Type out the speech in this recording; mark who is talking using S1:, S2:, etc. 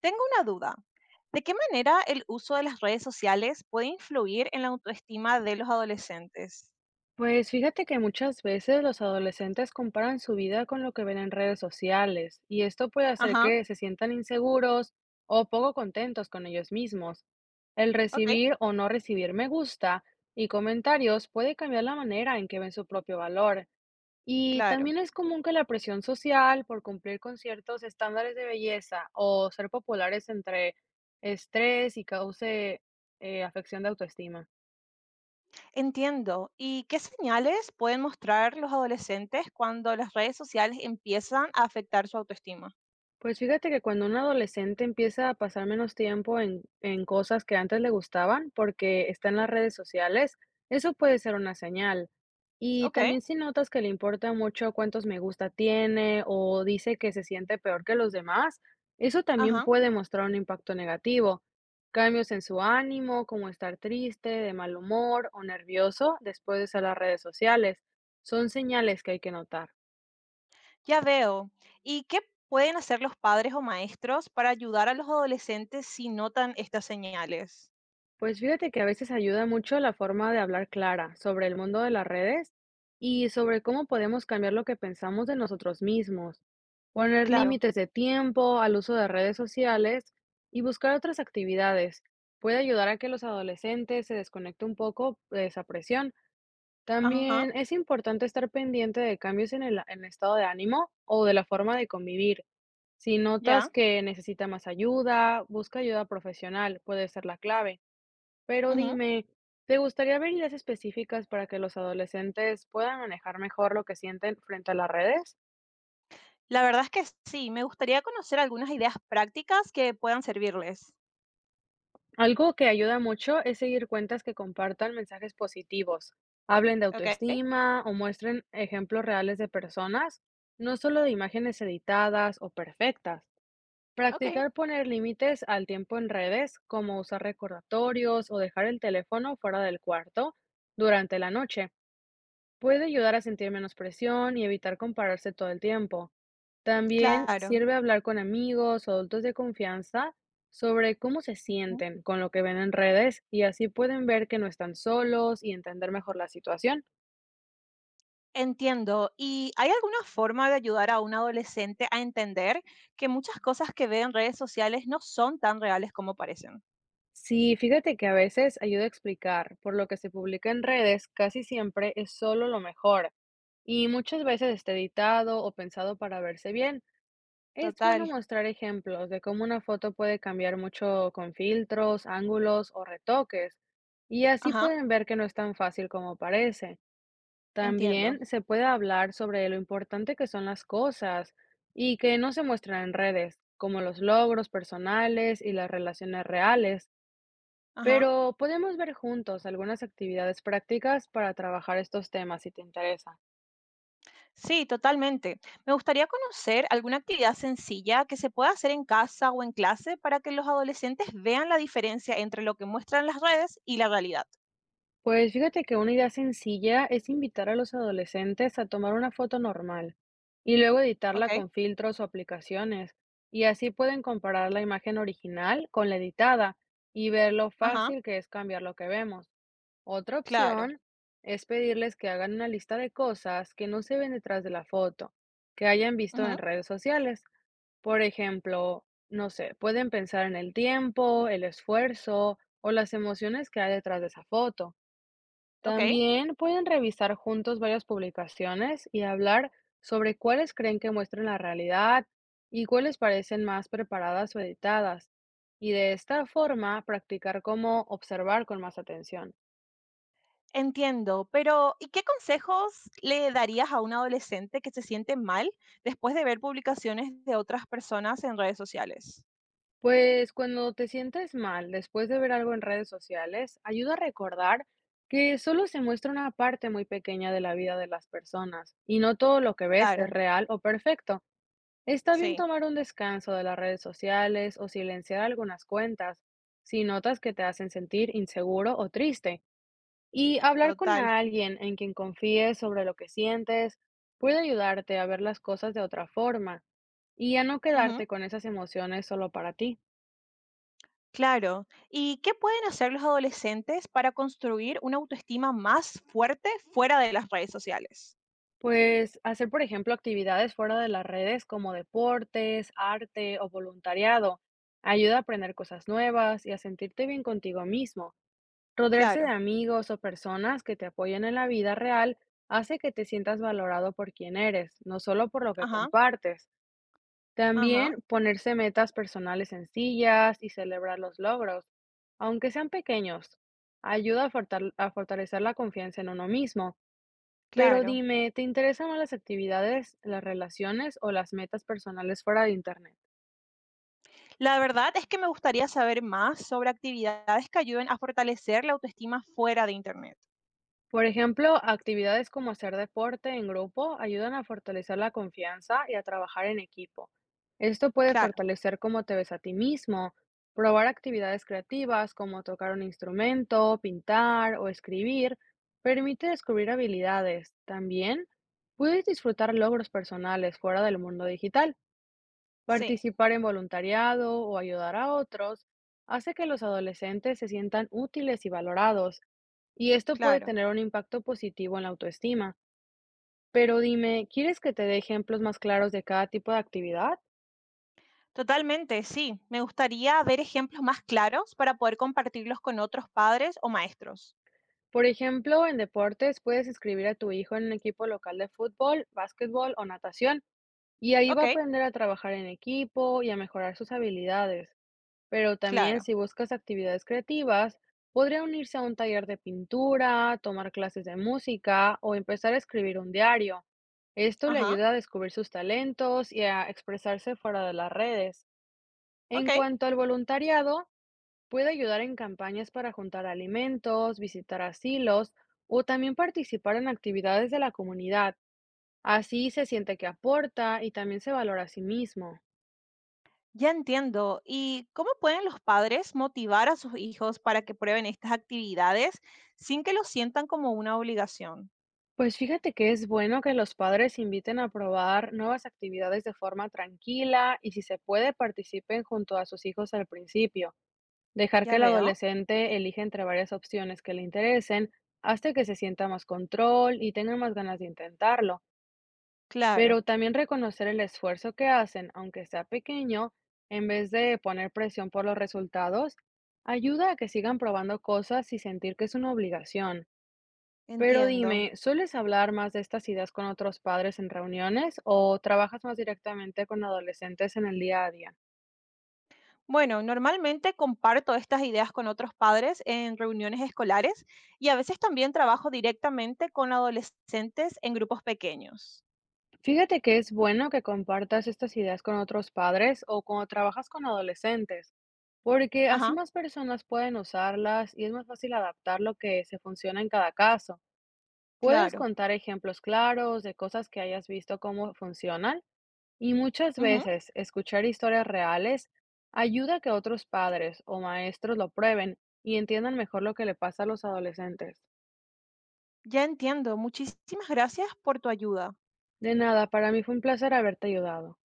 S1: Tengo una duda. ¿De qué manera el uso de las redes sociales puede influir en la autoestima de los adolescentes?
S2: Pues fíjate que muchas veces los adolescentes comparan su vida con lo que ven en redes sociales, y esto puede hacer
S1: Ajá,
S2: que se sientan inseguros o poco contentos con ellos mismos. El
S1: ok,
S2: recibir o no recibir me gusta y comentarios puede cambiar la manera en que ven su propio valor. Y
S1: claro.
S2: también es común que la presión social por cumplir con ciertos estándares de belleza o ser populares entre estrés y cause afección de autoestima.
S1: Entiendo. ¿Y qué señales pueden mostrar los adolescentes cuando las redes sociales empiezan a afectar su autoestima?
S2: Pues fíjate que cuando un adolescente empieza a pasar menos tiempo en cosas que antes le gustaban porque está en las redes sociales, eso puede ser una señal. Y
S1: Ok,
S2: también si notas que le importa mucho cuántos me gusta tiene o dice que se siente peor que los demás, eso también
S1: ajá,
S2: puede mostrar un impacto negativo. Cambios en su ánimo, como estar triste, de mal humor o nervioso después de usar las redes sociales, son señales que hay que notar.
S1: ya veo. ¿Y qué pueden hacer los padres o maestros para ayudar a los adolescentes si notan estas señales?
S2: Pues fíjate que a veces ayuda mucho la forma de hablar clara sobre el mundo de las redes y sobre cómo podemos cambiar lo que pensamos de nosotros mismos, poner
S1: Claro,
S2: límites de tiempo al uso de redes sociales y buscar otras actividades. Puede ayudar a que los adolescentes se desconecten un poco de esa presión.
S1: ajá,
S2: También es importante estar pendiente de cambios en el estado de ánimo o de la forma de convivir. Si notas
S1: ya.
S2: que necesita más ayuda, busca ayuda profesional, puede ser la clave. Pero
S1: Ujú.
S2: dime, ¿te gustaría ver ideas específicas para que los adolescentes puedan manejar mejor lo que sienten frente a las redes?
S1: La verdad es que sí, me gustaría conocer algunas ideas prácticas que puedan servirles.
S2: Algo que ayuda mucho es seguir cuentas que compartan mensajes positivos, hablen de
S1: ¿Ok?
S2: autoestima o muestren ejemplos reales de personas, no solo de imágenes editadas o perfectas.
S1: Ok,
S2: Practicar poner límites al tiempo en redes, como usar recordatorios o dejar el teléfono fuera del cuarto durante la noche. Puede ayudar a sentir menos presión y evitar compararse todo el tiempo. También
S1: claro.
S2: sirve hablar con amigos o adultos de confianza sobre cómo se
S1: Mm,
S2: sienten con lo que ven en redes, y así pueden ver que no están solos y entender mejor la situación.
S1: entiendo. ¿Y hay alguna forma de ayudar a un adolescente a entender que muchas cosas que ve en redes sociales no son tan reales como parecen?
S2: Sí, fíjate que a veces ayuda a explicar, por lo que se publica en redes casi siempre es solo lo mejor y muchas veces está editado o pensado para verse bien. Es bueno
S1: Total.
S2: mostrar ejemplos de cómo una foto puede cambiar mucho con filtros, ángulos o retoques, y así
S1: Ajá,
S2: pueden ver que no es tan fácil como parece.
S1: entiendo.
S2: También se puede hablar sobre lo importante que son las cosas y que no se muestran en redes, como los logros personales y las relaciones reales,
S1: Ajá.
S2: pero podemos ver juntos algunas actividades prácticas para trabajar estos temas si te interesa.
S1: Sí, totalmente. Me gustaría conocer alguna actividad sencilla que se pueda hacer en casa o en clase para que los adolescentes vean la diferencia entre lo que muestran las redes y la realidad.
S2: Pues fíjate que una idea sencilla es invitar a los adolescentes a tomar una foto normal y luego
S1: ¿Ok?
S2: editarla con filtros o aplicaciones, y así pueden comparar la imagen original con la editada y ver lo
S1: Ajá.
S2: fácil que es cambiar lo que vemos. Otra
S1: Claro.
S2: opción es pedirles que hagan una lista de cosas que no se ven detrás de la foto, que hayan visto en
S1: Ujú,
S2: redes sociales. Por ejemplo, no sé, pueden pensar en el tiempo, el esfuerzo o las emociones que hay detrás de esa foto.
S1: okey.
S2: También pueden revisar juntos varias publicaciones y hablar sobre cuáles creen que muestran la realidad y cuáles parecen más preparadas o editadas, y de esta forma practicar cómo observar con más atención.
S1: Entiendo, pero, ¿y qué consejos le darías a un adolescente que se siente mal después de ver publicaciones de otras personas en redes sociales?
S2: Pues cuando te sientes mal después de ver algo en redes sociales, ayuda a recordar que solo se muestra una parte muy pequeña de la vida de las personas y no todo lo que ves es
S1: Claro,
S2: real o perfecto. Está bien
S1: sí,
S2: tomar un descanso de las redes sociales o silenciar algunas cuentas si notas que te hacen sentir inseguro o triste. Y hablar con
S1: total.
S2: alguien en quien confíes sobre lo que sientes puede ayudarte a ver las cosas de otra forma y a no
S1: Ujú,
S2: quedarte con esas emociones solo para ti.
S1: claro. ¿Y qué pueden hacer los adolescentes para construir una autoestima más fuerte fuera de las redes sociales?
S2: Pues hacer, por ejemplo, actividades fuera de las redes como deportes, arte o voluntariado ayuda a aprender cosas nuevas y a sentirte bien contigo mismo. Rodearse de
S1: Claro.
S2: amigos o personas que te apoyen en la vida real hace que te sientas valorado por quien eres, no solo por lo que
S1: Ajá,
S2: compartes.
S1: ajá,
S2: También ponerse metas personales sencillas y celebrar los logros, aunque sean pequeños, ayuda a, a fortalecer la confianza en uno mismo. Pero
S1: claro.
S2: dime, ¿te interesan más las actividades, las relaciones o las metas personales fuera de Internet?
S1: La verdad es que me gustaría saber más sobre actividades que ayuden a fortalecer la autoestima fuera de Internet.
S2: Por ejemplo, actividades como hacer deporte en grupo ayudan a fortalecer la confianza y a trabajar en equipo. Esto puede
S1: Claro.
S2: fortalecer cómo te ves a ti mismo. Probar actividades creativas como tocar un instrumento, pintar o escribir permite descubrir habilidades. También puedes disfrutar logros personales fuera del mundo digital.
S1: Sí,
S2: Participar en voluntariado o ayudar a otros hace que los adolescentes se sientan útiles y valorados. Y esto puede
S1: claro.
S2: tener un impacto positivo en la autoestima. Pero dime, ¿quieres que te dé ejemplos más claros de cada tipo de actividad?
S1: Totalmente, sí. Me gustaría ver ejemplos más claros para poder compartirlos con otros padres o maestros.
S2: Por ejemplo, en deportes puedes inscribir a tu hijo en un equipo local de fútbol, básquetbol o natación, y ahí va
S1: Ok,
S2: a aprender a trabajar en equipo y a mejorar sus habilidades. Pero también,
S1: claro.
S2: si buscas actividades creativas, podría unirse a un taller de pintura, tomar clases de música o empezar a escribir un diario. Esto le
S1: Ajá,
S2: ayuda a descubrir sus talentos y a expresarse fuera de las redes. En
S1: ok.
S2: cuanto al voluntariado, puede ayudar en campañas para juntar alimentos, visitar asilos o también participar en actividades de la comunidad. Así se siente que aporta y también se valora a sí mismo.
S1: Ya entiendo. ¿Y cómo pueden los padres motivar a sus hijos para que prueben estas actividades sin que lo sientan como una obligación?
S2: Pues fíjate que es bueno que los padres inviten a probar nuevas actividades de forma tranquila, y si se puede, participen junto a sus hijos al principio. Dejar que
S1: Ya
S2: el
S1: veo.
S2: adolescente elija entre varias opciones que le interesen hasta que se sienta más control y tenga más ganas de intentarlo,
S1: Claro,
S2: pero también reconocer el esfuerzo que hacen, aunque sea pequeño, en vez de poner presión por los resultados, ayuda a que sigan probando cosas y sentir que es una obligación. Pero
S1: entiendo.
S2: dime, ¿sueles hablar más de estas ideas con otros padres en reuniones o trabajas más directamente con adolescentes en el día a día?
S1: Bueno, normalmente comparto estas ideas con otros padres en reuniones escolares y a veces también trabajo directamente con adolescentes en grupos pequeños.
S2: Fíjate que es bueno que compartas estas ideas con otros padres o cuando trabajas con adolescentes, porque así
S1: Ajá,
S2: más personas pueden usarlas y es más fácil adaptar lo que se funciona en cada caso. ¿Puedes
S1: claro.
S2: contar ejemplos claros de cosas que hayas visto cómo funcionan? Y muchas
S1: Ujú,
S2: veces escuchar historias reales ayuda a que otros padres o maestros lo prueben y entiendan mejor lo que le pasa a los adolescentes.
S1: ya entiendo. Muchísimas gracias por tu ayuda.
S2: De nada, para mí fue un placer haberte ayudado.